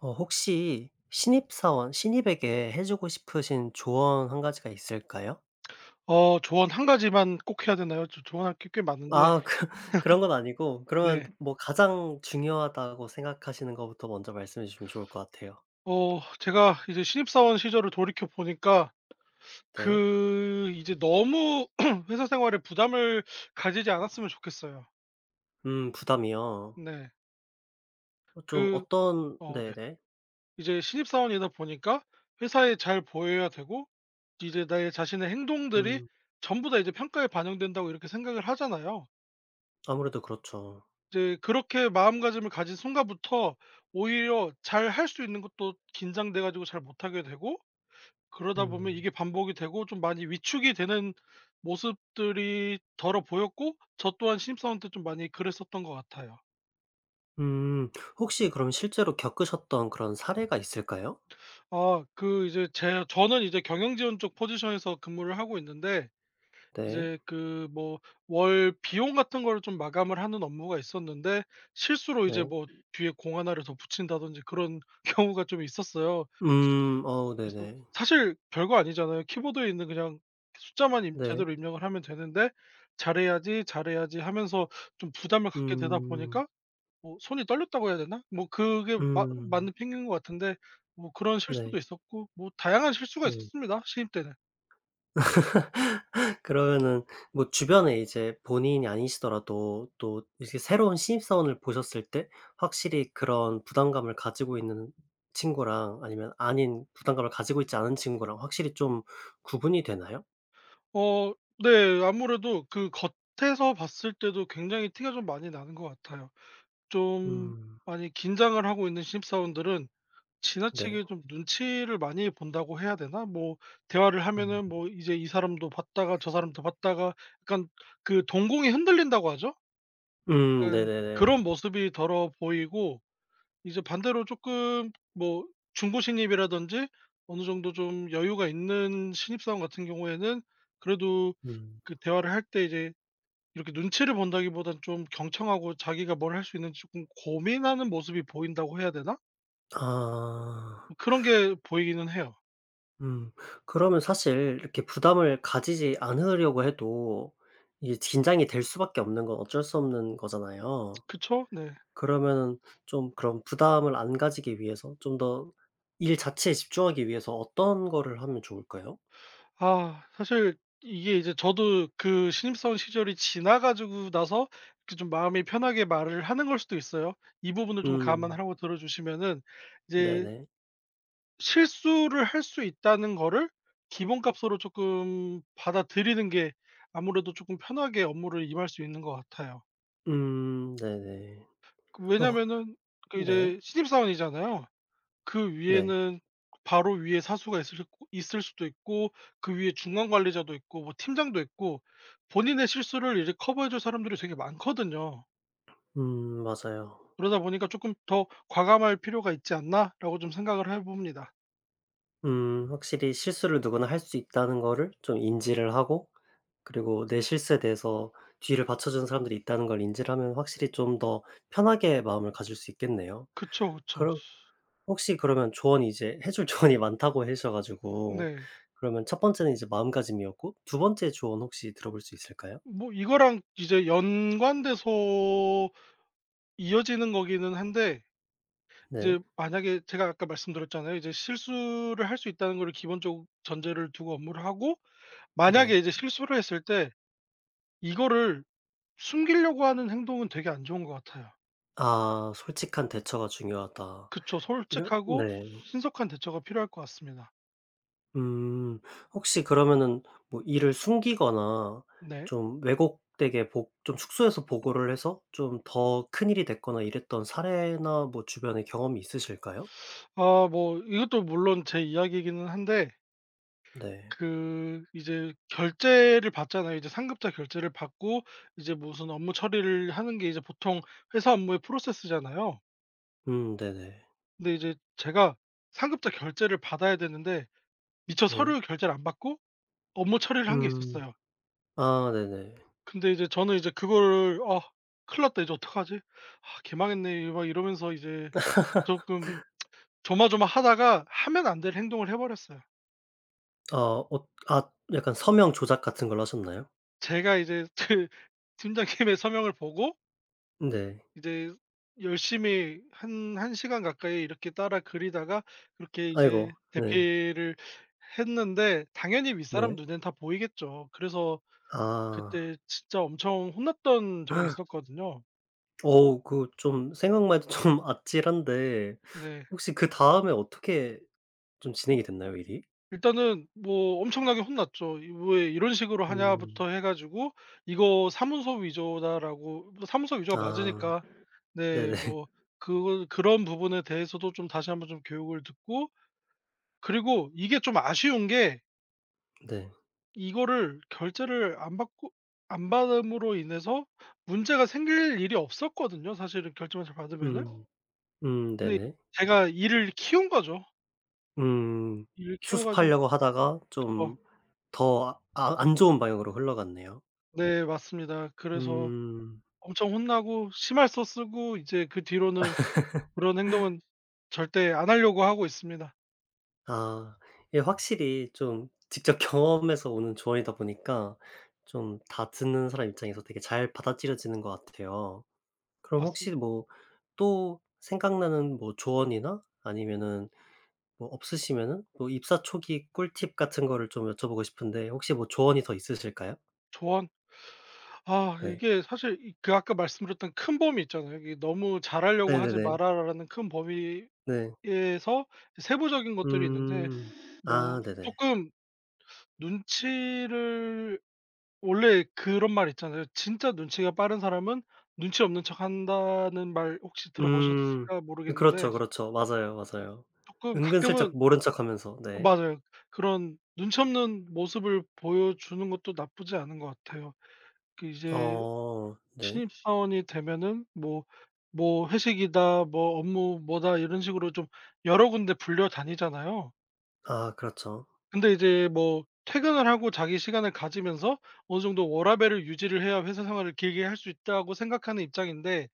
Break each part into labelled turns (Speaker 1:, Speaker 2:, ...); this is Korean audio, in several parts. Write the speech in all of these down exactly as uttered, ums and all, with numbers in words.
Speaker 1: 어 혹시 신입사원, 신입에게 해 주고 싶으신 조언 한 가지가 있을까요?
Speaker 2: 어 조언 한 가지만 꼭 해야 되나요? 조 조언할 게 꽤 많은데.
Speaker 1: 아, 그 그런 건 아니고, 그러면
Speaker 2: 네.
Speaker 1: 뭐 가장 중요하다고 생각하시는 것부터 먼저 말씀해 주시면 좋을 것 같아요.
Speaker 2: 어 제가 이제 신입사원 시절을 돌이켜 보니까,
Speaker 1: 네.
Speaker 2: 그 이제 너무 회사 생활에 부담을 가지지 않았으면 좋겠어요.
Speaker 1: 음, 부담이요.
Speaker 2: 네.
Speaker 1: 어 좀
Speaker 2: 그.
Speaker 1: 어떤.
Speaker 2: 어 네.
Speaker 1: 네네.
Speaker 2: 이제 신입사원이다 보니까 회사에 잘 보여야 되고, 이제 나의 자신의 행동들이
Speaker 1: 음.
Speaker 2: 전부 다 이제 평가에 반영된다고 이렇게 생각을 하잖아요.
Speaker 1: 아무래도 그렇죠.
Speaker 2: 이제 그렇게 마음가짐을 가진 순간부터 오히려 잘 할 수 있는 것도 긴장돼 가지고 잘 못하게 되고, 그러다 보면
Speaker 1: 음.
Speaker 2: 이게 반복이 되고 좀 많이 위축이 되는 모습들이 더러 보였고, 저 또한 신입사원 때 좀 많이 그랬었던 것 같아요.
Speaker 1: 음. 혹시 그럼 실제로 겪으셨던 그런 사례가 있을까요?
Speaker 2: 아, 그 이제 제 저는 이제 경영 지원 쪽 포지션에서 근무를 하고 있는데,
Speaker 1: 네.
Speaker 2: 이제 그 뭐 월 비용 같은 거를 좀 마감을 하는 업무가 있었는데, 실수로 이제
Speaker 1: 네.
Speaker 2: 뭐 뒤에 공 하나를 더 붙인다든지 그런 경우가 좀 있었어요.
Speaker 1: 음. 어
Speaker 2: 그래서
Speaker 1: 네네.
Speaker 2: 사실 별거 아니잖아요. 키보드에 있는 그냥 숫자만 임
Speaker 1: 네. 네.
Speaker 2: 제대로 입력을 하면 되는데, '잘해야지, 잘해야지.' 하면서 좀 부담을 갖게 되다
Speaker 1: 음.
Speaker 2: 보니까 뭐 손이 떨렸다고 해야 되나? 뭐 그게 마
Speaker 1: 음.
Speaker 2: 맞는 핑계인 것 같은데, 뭐 그런
Speaker 1: 네.
Speaker 2: 실수도 있었고 뭐 다양한 실수가
Speaker 1: 네.
Speaker 2: 있었습니다, 신입 때는.
Speaker 1: 그러면은 뭐 주변에 이제 본인이 아니시더라도 또 이렇게 새로운 신입사원을 보셨을 때 확실히 그런 부담감을 가지고 있는 친구랑 아니면 아닌 부담감을 가지고 있지 않은 친구랑 확실히 좀 구분이 되나요?
Speaker 2: 어 네. 아무래도 그 겉에서 봤을 때도 굉장히 티가 좀 많이 나는 것 같아요. 좀
Speaker 1: 음.
Speaker 2: 많이 긴장을 하고 있는 신입사원들은
Speaker 1: 네.
Speaker 2: 지나치게 좀 눈치를 많이 본다고 해야 되나? 뭐 대화를
Speaker 1: 음.
Speaker 2: 하면은 뭐 이제 이 사람도 봤다가 저 사람도 봤다가, 약간 그 동공이 흔들린다고 하죠.
Speaker 1: 음
Speaker 2: 약간
Speaker 1: 네네네.
Speaker 2: 그런 모습이 더러 보이고, 이제 반대로 조금 뭐 중고 신입이라든지 어느 정도 좀 여유가 있는 신입사원 같은 경우에는, 그래도
Speaker 1: 음.
Speaker 2: 그 대화를 할 때 이제 이렇게 눈치를 본다기보단 좀 경청하고 자기가 뭘 할 수 있는지 쪼 고민하는 모습이 보인다고 해야 되나?
Speaker 1: 아.
Speaker 2: 뭐 그런 게 보이기는 해요.
Speaker 1: 음. 그러면 사실 이렇게 부담을 가지지 않으려고 해도 이게 긴장이 될 수밖에 없는 건 어쩔 수 없는 거잖아요.
Speaker 2: 그쵸? 네.
Speaker 1: 그러면은 좀 그런 부담을 안 가지기 위해서 좀 더 일 자체에 집중하기 위해서 어떤 거를 하면 좋을까요?
Speaker 2: 아, 사실 이게 이제 저도 그 신입사원 시절이 지나 가지고 나서 이렇게 좀 마음이 편하게 말을 하는 걸 수도 있어요. 이 부분을 좀
Speaker 1: 음.
Speaker 2: 감안하라고 들어주시면은, 이제
Speaker 1: 네네.
Speaker 2: 실수를 할 수 있다는 거를 기본값으로 조금 받아들이는 게 아무래도 조금 편하게 업무를 임할 수 있는 것 같아요.
Speaker 1: 음 네네.
Speaker 2: 그
Speaker 1: 어 확
Speaker 2: 왜냐면은, 그
Speaker 1: 네.
Speaker 2: 이제 신입사원이잖아요. 그
Speaker 1: 네.
Speaker 2: 위에는 바로 위에 사수가 있을 수- 있을 수도 있고, 그 위에 중간 관리자도 있고 뭐 팀장도 있고, 본인의 실수를 이제 커버해 줄 사람들이 되게 많거든요.
Speaker 1: 음 맞아요.
Speaker 2: 그러다 보니까 '조금 더 과감할 필요가 있지 않나.'라고 좀 생각을 해 봅니다.
Speaker 1: 음, 확실히 실수를 누구나 할 수 있다는 거를 좀 인지를 하고, 그리고 내 실수에 대해서 뒤를 받쳐주는 사람들이 있다는 걸 인지를 하면 확실히 좀 더 편하게 마음을 가질 수 있겠네요.
Speaker 2: 그쵸, 그쵸.
Speaker 1: 그러 혹시 그러면 조언이 이제 해줄 조언이 많다고 하셔 가지고,
Speaker 2: 네.
Speaker 1: 그러면 첫 번째는 이제 마음가짐이었고, 두 번째 조언 혹시 들어볼 수 있을까요?
Speaker 2: 뭐 이거랑 이제 연관돼서 이어지는 거기는 한데,
Speaker 1: 네.
Speaker 2: 이제 만약에 제가 아까 말씀드렸잖아요. 이제 실수를 할 수 있다는 걸 기본적 전제를 두고 업무를 하고, 만약에
Speaker 1: 네.
Speaker 2: 이제 실수를 했을 때 이거를 숨기려고 하는 행동은 되게 안 좋은 것 같아요.
Speaker 1: 아, 솔직한 대처가 중요하다.
Speaker 2: 그쵸.
Speaker 1: 이런.
Speaker 2: 솔직하고
Speaker 1: 네.
Speaker 2: 신속한 대처가 필요할 것 같습니다.
Speaker 1: 음. 혹시 그러면은 뭐 일을 숨기거나
Speaker 2: 네.
Speaker 1: 좀 왜곡되게 보 좀 축소해서 보고를 해서 좀 더 큰일이 됐거나 이랬던 사례나 뭐 주변에 경험이 있으실까요?
Speaker 2: 아, 뭐 이것도 물론 제 이야기이기는 한데,
Speaker 1: 네.
Speaker 2: 그 이제 결제를 받잖아요. 이제 상급자 결제를 받고 이제 무슨 업무 처리를 하는 게 이제 보통 회사 업무의 프로세스잖아요.
Speaker 1: 음 네네.
Speaker 2: 근데 이제 제가 상급자 결제를 받아야 되는데, 미처
Speaker 1: 네.
Speaker 2: 서류 결제를 안 받고 업무 처리를 한 게
Speaker 1: 음.
Speaker 2: 있었어요.
Speaker 1: 아 네네.
Speaker 2: 근데 이제 저는 이제 그거를 '아, 큰일 났다. 이제 어떡하지? 아, 개망했네.' 막 이러면서 이제 조금 조마조마하다가 하면 안 될 행동을 해 버렸어요.
Speaker 1: 아 어, 아 약간 서명 조작 같은 걸 하셨나요?
Speaker 2: 제가 이제 그 팀장님의 서명을 보고,
Speaker 1: 네.
Speaker 2: 이제 열심히 한 한 시간 가까이 이렇게 따라 그리다가 그렇게 이제
Speaker 1: 아이고. 네.
Speaker 2: 대피를 했는데, 당연히 윗사람
Speaker 1: 네.
Speaker 2: 눈엔 다 보이겠죠. 그래서
Speaker 1: 아.
Speaker 2: 그때 진짜 엄청 혼났던 적이 있었거든요.
Speaker 1: 어우, 그 좀 생각만 해도 좀 아찔한데,
Speaker 2: 네.
Speaker 1: 혹시 그다음에 어떻게 좀 진행이 됐나요, 일이?
Speaker 2: 일단은 뭐 엄청나게 혼났죠. 이 '왜 이런 식으로
Speaker 1: 음.
Speaker 2: 하냐.'부터 해 가지고, "이거 사문서 위조다."라고, 뭐 사문서 위조가
Speaker 1: 아
Speaker 2: 맞으니까. 네,
Speaker 1: 네네.
Speaker 2: 뭐 그 그런 부분에 대해서도 좀 다시 한번 좀 교육을 듣고, 그리고 이게 좀 아쉬운 게,
Speaker 1: 네.
Speaker 2: 이거를 결제를 안 받고 안 받음으로 인해서 문제가 생길 일이 없었거든요, 사실은 결제만 잘 받으면은.
Speaker 1: 음. 음
Speaker 2: 근데
Speaker 1: 네네.
Speaker 2: 제가 일을 키운 거죠.
Speaker 1: 음.
Speaker 2: 일을 키워 가지고.
Speaker 1: 수습하려고 하다가
Speaker 2: 그쵸.
Speaker 1: 좀 더아 아, 안 좋은 방향으로 흘러갔네요.
Speaker 2: 네, 맞습니다. 그래서
Speaker 1: 음.
Speaker 2: 엄청 혼나고 심할서 쓰고, 이제 그 뒤로는 그런 행동은 절대 안 하려고 하고 있습니다.
Speaker 1: 아. 이게 확실히 좀 직접 경험에서 오는 조언이다 보니까 좀 다 듣는 사람 입장에서 되게 잘 받아들여지는 것 같아요. 그럼 혹시
Speaker 2: 맞습니다.
Speaker 1: 뭐 또 생각나는 뭐 조언이나 아니면은 뭐 없으시면은 뭐 입사 초기 꿀팁 같은 거를 좀 여쭤보고 싶은데, 혹시 뭐 조언이 더 있으실까요?
Speaker 2: 조언. 아,
Speaker 1: 네.
Speaker 2: 이게 사실 이 그 아까 말씀드렸던 큰 범위 있잖아요. 이게 '너무 잘하려고 하지
Speaker 1: 네네네.
Speaker 2: 마라.'라는 큰 범위에서
Speaker 1: 네.
Speaker 2: 세부적인 것들이 있는데,
Speaker 1: 음.
Speaker 2: 뭐
Speaker 1: 아 네네.
Speaker 2: 쪼끔 눈치를, 원래 그런 말 있잖아요. "진짜 눈치가 빠른 사람은 눈치 없는 척한다."는 말, 혹시
Speaker 1: 음.
Speaker 2: 들어보셨을까 모르겠는데,
Speaker 1: 그렇죠, 그렇죠. 맞아요, 맞아요.
Speaker 2: 쪼끔 가끔은.
Speaker 1: 은근슬쩍 모른 척하면서.
Speaker 2: 어
Speaker 1: 네.
Speaker 2: 맞아요. 그런 눈치 없는 모습을 보여주는 것도 나쁘지 않은 것 같아요. 그 이제
Speaker 1: 어 네.
Speaker 2: 신입사원이 되면은 뭐 뭐 회식이다 뭐 업무 뭐다 이런 식으로 좀 여러 군데 불려 다니잖아요.
Speaker 1: 아 그렇죠.
Speaker 2: 근데 이제 뭐 퇴근을 하고 자기 시간을 가지면서 어느 정도 워라밸을 유지를 해야 회사 생활을 길게 할 수 있다고 생각하는 입장인데,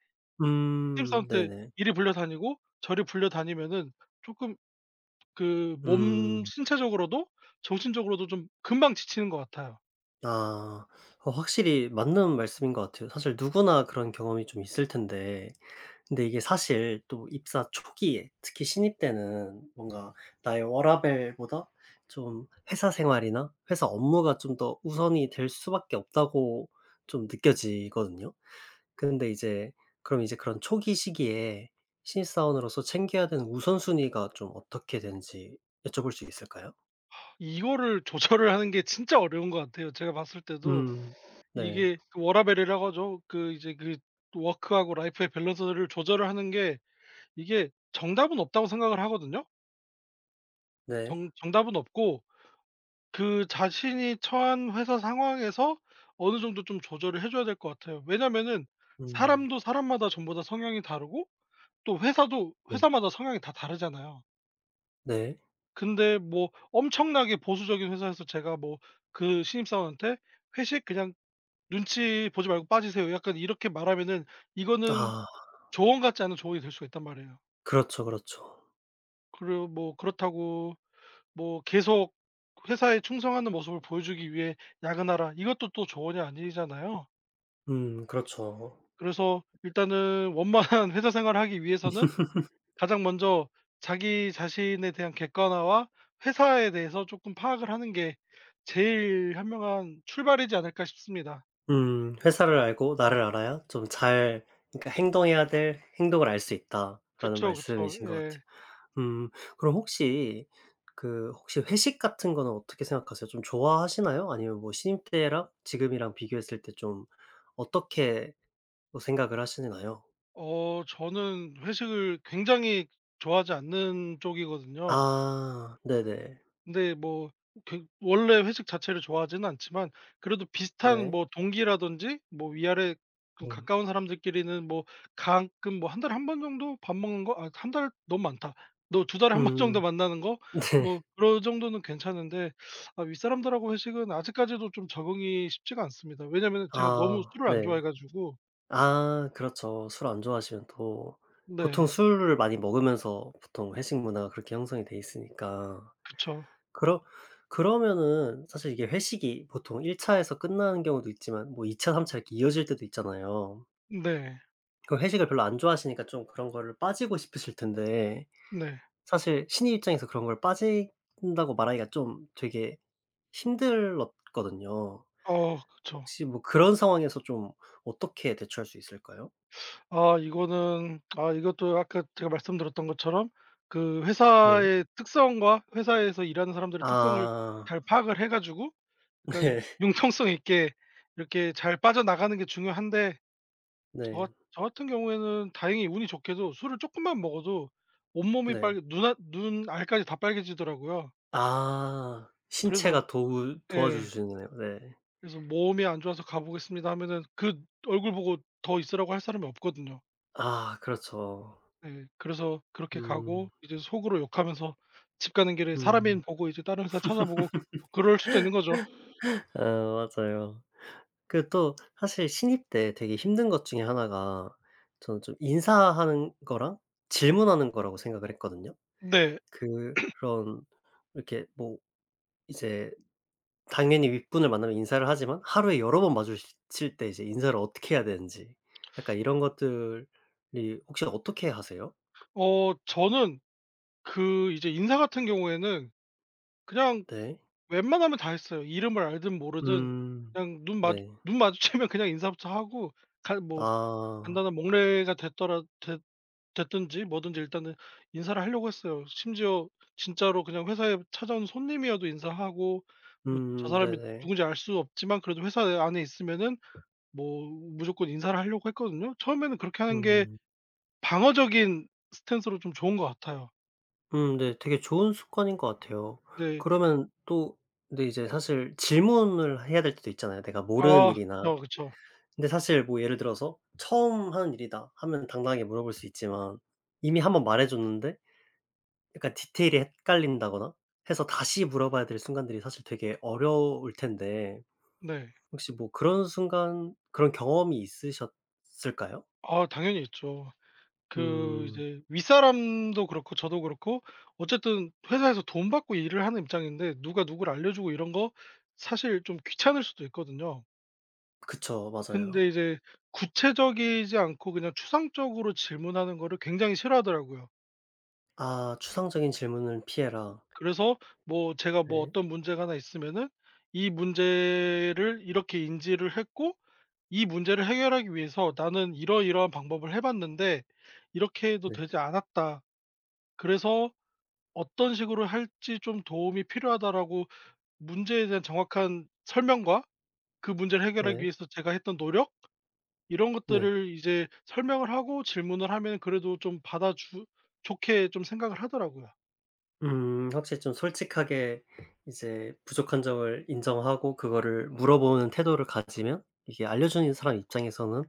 Speaker 2: 신입사원
Speaker 1: 음
Speaker 2: 때
Speaker 1: 네네.
Speaker 2: 이리 불려 다니고 저리 불려 다니면은 조금 그 몸
Speaker 1: 음.
Speaker 2: 신체적으로도 정신적으로도 좀 금방 지치는 것 같아요.
Speaker 1: 아. 어, 확실히 맞는 말씀인 것 같아요. 사실 누구나 그런 경험이 좀 있을 텐데, 근데 이게 사실 또 입사 초기에 특히 신입 때는 뭔가 나의 워라밸보다 좀 회사 생활이나 회사 업무가 좀 더 우선이 될 수밖에 없다고 좀 느껴지거든요. 근데 이제 그럼 이제 그런 초기 시기에 신입사원으로서 챙겨야 되는 우선순위가 좀 어떻게 되는지 여쭤볼 수 있을까요?
Speaker 2: 이거를 조절을 하는 게 진짜 어려운 것 같아요, 제가 봤을 때도.
Speaker 1: 음. 네.
Speaker 2: 이게 그 워라밸이라고 하죠. 그 이제 그 워크하고 라이프의 밸런스를 조절을 하는 게, 이게 정답은 없다고 생각을 하거든요.
Speaker 1: 네.
Speaker 2: 정 정답은 없고, 그 자신이 처한 회사 상황에서 어느 정도 좀 조절을 해 줘야 될 것 같아요. 왜냐면은
Speaker 1: 음.
Speaker 2: 사람도 사람마다 전부 다 성향이 다르고, 또 회사도
Speaker 1: 네.
Speaker 2: 회사마다 성향이 다 다르잖아요.
Speaker 1: 네.
Speaker 2: 근데 뭐 엄청나게 보수적인 회사에서 제가 뭐 그 신입사원한테 "회식 그냥 "눈치 보지 말고 빠지세요." 약간 이렇게 말하면은, 이거는
Speaker 1: 아.
Speaker 2: 조언 같지 않은 조언이 될 수가 있단 말이에요.
Speaker 1: 그렇죠, 그렇죠.
Speaker 2: 그리고 뭐 그렇다고 뭐 계속 회사에 충성하는 모습을 보여주기 위해 "야근하라." 이것도 또 조언이 아니잖아요.
Speaker 1: 음 그렇죠.
Speaker 2: 그래서 일단은 원만한 회사 생활을 하기 위해서는, 가장 먼저 자기 자신에 대한 객관화와 회사에 대해서 조금 파악을 하는 게 제일 현명한 출발이지 않을까 싶습니다.
Speaker 1: 음. '회사를 알고 나를 알아야 좀 잘, 그러니까 행동해야 될 행동을 알 수 있다.'라는
Speaker 2: 그쵸, 그쵸.
Speaker 1: 말씀이신 것 같아요.
Speaker 2: 예.
Speaker 1: 음. 그럼 혹시 그 혹시 회식 같은 거는 어떻게 생각하세요? 좀 좋아하시나요? 아니면 뭐 신입 때랑 지금이랑 비교했을 때 좀 어떻게 뭐 생각을 하시나요?
Speaker 2: 어 저는 회식을 굉장히 좋아하지 않는 쪽이거든요.
Speaker 1: 아 네네.
Speaker 2: 근데 뭐 그 원래 회식 자체를 좋아하지는 않지만, 그래도 비슷한
Speaker 1: 네.
Speaker 2: 뭐 동기라든지 뭐 위아래 좀
Speaker 1: 음.
Speaker 2: 가까운 사람들끼리는 뭐 가끔 뭐 한 달에 한 번 정도 밥 먹는 거, 아, 한 달 너무 많다. 너 두 달에 한 번 정도
Speaker 1: 음
Speaker 2: 만나는 거, 뭐
Speaker 1: 네.
Speaker 2: 그런 정도는 괜찮은데, 아, 윗사람들하고 회식은 아직까지도 좀 적응이 쉽지가 않습니다. 왜냐면 제가 너무
Speaker 1: 아
Speaker 2: 술을 안
Speaker 1: 네.
Speaker 2: 좋아해 가지고.
Speaker 1: 아 그렇죠. 술 안 좋아하시면 또 보통
Speaker 2: 네.
Speaker 1: 술을 많이 먹으면서 보통 회식 문화가 그렇게 형성이 돼 있으니까.
Speaker 2: 그쵸.
Speaker 1: 그러 그러면은 사실 이게 회식이 보통 일 차에서 끝나는 경우도 있지만 뭐 이 차, 삼 차 이렇게 이어질 때도 있잖아요.
Speaker 2: 네.
Speaker 1: 그 회식을 별로 안 좋아하시니까 좀 그런 거를 빠지고 싶으실 텐데,
Speaker 2: 네.
Speaker 1: 사실 신입 입장에서 그런 걸 빠진다고 말하기가 좀 되게 힘들었거든요.
Speaker 2: 어 그쵸.
Speaker 1: 혹시 뭐 그런 상황에서 좀 어떻게 대처할 수 있을까요?
Speaker 2: 아, 이거는 아 이것도 아까 제가 말씀드렸던 것처럼 그
Speaker 1: 네.
Speaker 2: 회사의 특성과 회사에서 일하는 사람들의 특성을
Speaker 1: 아
Speaker 2: 잘 파악을 해 가지고 약간
Speaker 1: 네.
Speaker 2: 융통성 있게 이렇게 잘 빠져나가는 게 중요한데, 저 같
Speaker 1: 네.
Speaker 2: 저 같은 경우에는 다행히 운이 좋게도 술을 조금만 먹어도 온몸이
Speaker 1: 네.
Speaker 2: 빨개, 눈 아- 눈 알까지 다 빨개지더라고요.
Speaker 1: 아,
Speaker 2: 그래서.
Speaker 1: 신체가 도우
Speaker 2: 예.
Speaker 1: 도와주시네요. 네.
Speaker 2: 그래서 "몸이 안 좋아서 가 보겠습니다." 하면은, 그 얼굴 보고 더 있으라고 할 사람이 없거든요.
Speaker 1: 아 그렇죠.
Speaker 2: 네. 그래서 그렇게 가고
Speaker 1: 음.
Speaker 2: 이제 속으로 욕하면서 집 가는 길에 사람인
Speaker 1: 음.
Speaker 2: 보고 이제 다른 회사 찾아보고 그럴 수도 있는 거죠.
Speaker 1: 아 맞아요. 그 또 사실 신입 때 되게 힘든 것 중에 하나가 저는 좀 인사하는 거랑 질문하는 거라고 생각을 했거든요.
Speaker 2: 네.
Speaker 1: 그런 이렇게 뭐 이제 당연히 윗분을 만나면 인사를 하지만 하루에 여러 번 마주칠 때 이제 인사를 어떻게 해야 되는지 약간 이런 것들이 혹시 어떻게 하세요?
Speaker 2: 어 저는 그 이제 인사 같은 경우에는 그냥
Speaker 1: 네.
Speaker 2: 웬만하면 다 했어요. 이름을 알든 모르든
Speaker 1: 음.
Speaker 2: 그냥 눈 마주
Speaker 1: 네.
Speaker 2: 눈 마주치면 그냥 인사부터 하고, 간 뭐
Speaker 1: 아.
Speaker 2: 간단한 목례가 됐더라 됐든지 뭐든지, 일단은 인사를 하려고 했어요. 심지어 진짜로 그냥 회사에 찾아온 손님이어도 인사하고, 뭐 저
Speaker 1: 음
Speaker 2: 사람이
Speaker 1: 네네.
Speaker 2: 누군지 알 수 없지만 그래도 회사 안에 있으면은 뭐 무조건 인사를 하려고 했거든요. 처음에는 그렇게 하는 게
Speaker 1: 음.
Speaker 2: 방어적인 스탠스로 좀 좋은 것 같아요.
Speaker 1: 음 네. 되게 좋은 습관인 것 같아요.
Speaker 2: 네.
Speaker 1: 그러면 또 근데 이제 사실 질문을 해야 될 때도 있잖아요, 내가 모르는
Speaker 2: 아,
Speaker 1: 일이나.
Speaker 2: 그쵸, 그쵸.
Speaker 1: 근데 사실 뭐 예를 들어서 "처음 하는 일이다." 하면 당당하게 물어볼 수 있지만 이미 한번 말해 줬는데 약간 디테일이 헷갈린다거나 해서 다시 물어봐야 될 순간들이 사실 되게 어려울 텐데,
Speaker 2: 네.
Speaker 1: 혹시 뭐 그런 순간 그런 경험이 있으셨을까요?
Speaker 2: 아, 당연히 있죠. 그
Speaker 1: 음.
Speaker 2: 이제 윗사람도 그렇고 저도 그렇고, 어쨌든 회사에서 돈 받고 일을 하는 입장인데 누가 누구를 알려주고 이런 거 사실 좀 귀찮을 수도 있거든요.
Speaker 1: 그쵸.
Speaker 2: 근데
Speaker 1: 맞아요.
Speaker 2: 이제 구체적이지 않고 그냥 추상적으로 질문하는 거를 굉장히 싫어하더라고요.
Speaker 1: 아, "추상적인 질문을 피해라."
Speaker 2: 그래서 뭐 제가 뭐
Speaker 1: 네.
Speaker 2: 어떤 문제가 하나 있으면은, 이 문제를 이렇게 인지를 했고, 이 문제를 해결하기 위해서 나는 이러이러한 방법을 해 봤는데 이렇게 해도
Speaker 1: 네.
Speaker 2: 되지 않았다, 그래서 어떤 식으로 할지 좀 도움이 필요하다라고, 문제에 대한 정확한 설명과 그 문제를 해결하기
Speaker 1: 네.
Speaker 2: 위해서 제가 했던 노력 이런
Speaker 1: 네.
Speaker 2: 것들을 이제 설명을 하고 질문을 하면, 그래도 좀 받아주 좋게 좀 생각을 하더라고요.
Speaker 1: 음, 확실히 좀 솔직하게 이제 부족한 점을 인정하고 그거를 물어보는 태도를 가지면 이게 알려주는 사람 입장에서는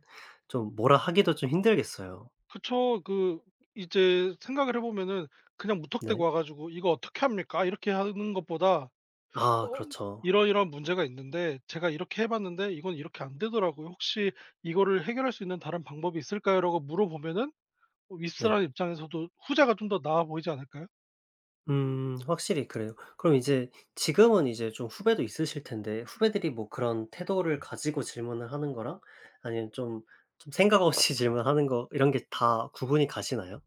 Speaker 1: 좀 뭐라 하기도 좀 힘들겠어요.
Speaker 2: 그쵸. 그 이제 생각을 해 보면은, 그냥 무턱대고
Speaker 1: 네.
Speaker 2: 와 가지고 "이거 어떻게 합니까?" 이렇게 하는 것보다,
Speaker 1: 아 그렇죠.
Speaker 2: "이러이러한 문제가 있는데 제가 이렇게 해 봤는데 이건 이렇게 안 되더라고요. 혹시 이거를 해결할 수 있는 다른 방법이 있을까요?"라고 물어보면은, 윗사람
Speaker 1: 네.
Speaker 2: 입장에서도 후자가 좀 더 나아 보이지 않을까요?
Speaker 1: 음, 확실히 그래요. 그럼 이제 지금은 이제 좀 후배도 있으실 텐데 후배들이 뭐 그런 태도를 가지고 질문을 하는 거랑 아니면 좀 좀 생각 없이 질문하는 거, 이런 게 다 구분이 가시나요?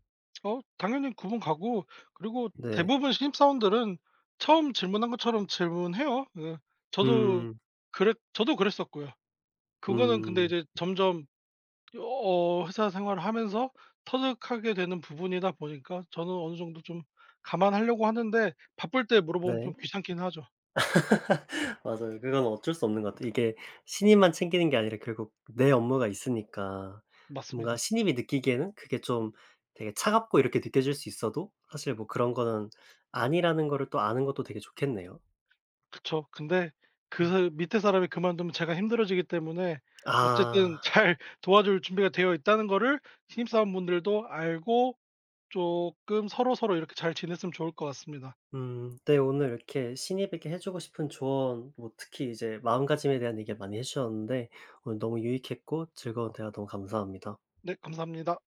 Speaker 2: 어 당연히 구분 가고, 그리고
Speaker 1: 네.
Speaker 2: 대부분 신입사원들은 처음 질문한 것처럼 질문해요. 예. 저도
Speaker 1: 음.
Speaker 2: 그랬 저도 그랬었고요. 그거는 근데
Speaker 1: 음.
Speaker 2: 이제 점점 어 회사 생활을 하면서 터득하게 되는 부분이다 보니까 저는 어느 정도 좀 감안하려고 하는데, 바쁠 때 물어보면 좀
Speaker 1: 네.
Speaker 2: 귀찮긴 하죠.
Speaker 1: 맞아요. 그건 어쩔 수 없는 것 같아요. 이게 신입만 챙기는 게 아니라 결국 내 업무가 있으니까, 뭔가
Speaker 2: 맞습니다.
Speaker 1: 신입이 느끼기에는 그게 좀 되게 차갑고 이렇게 느껴질 수 있어도 사실 뭐 그런 거는 아니라는 거를 또 아는 것도 되게 좋겠네요.
Speaker 2: 그쵸. 근데 그
Speaker 1: 음.
Speaker 2: 사 밑에 사람이 그만두면 제가 힘들어지기 때문에, 어쨌든
Speaker 1: 아.
Speaker 2: 잘 도와줄 준비가 되어 있다는 거를 신입사원분들도 알고 조금 서로서로 이렇게 잘 지냈으면 좋을 것 같습니다.
Speaker 1: 음, 네, 오늘 이렇게 신입에게 해 주고 싶은 조언 뭐 특히 이제 마음가짐에 대한 얘기를 많이 해 주셨는데, 오늘 너무 유익했고 즐거운 대화 너무 감사합니다.
Speaker 2: 네, 감사합니다.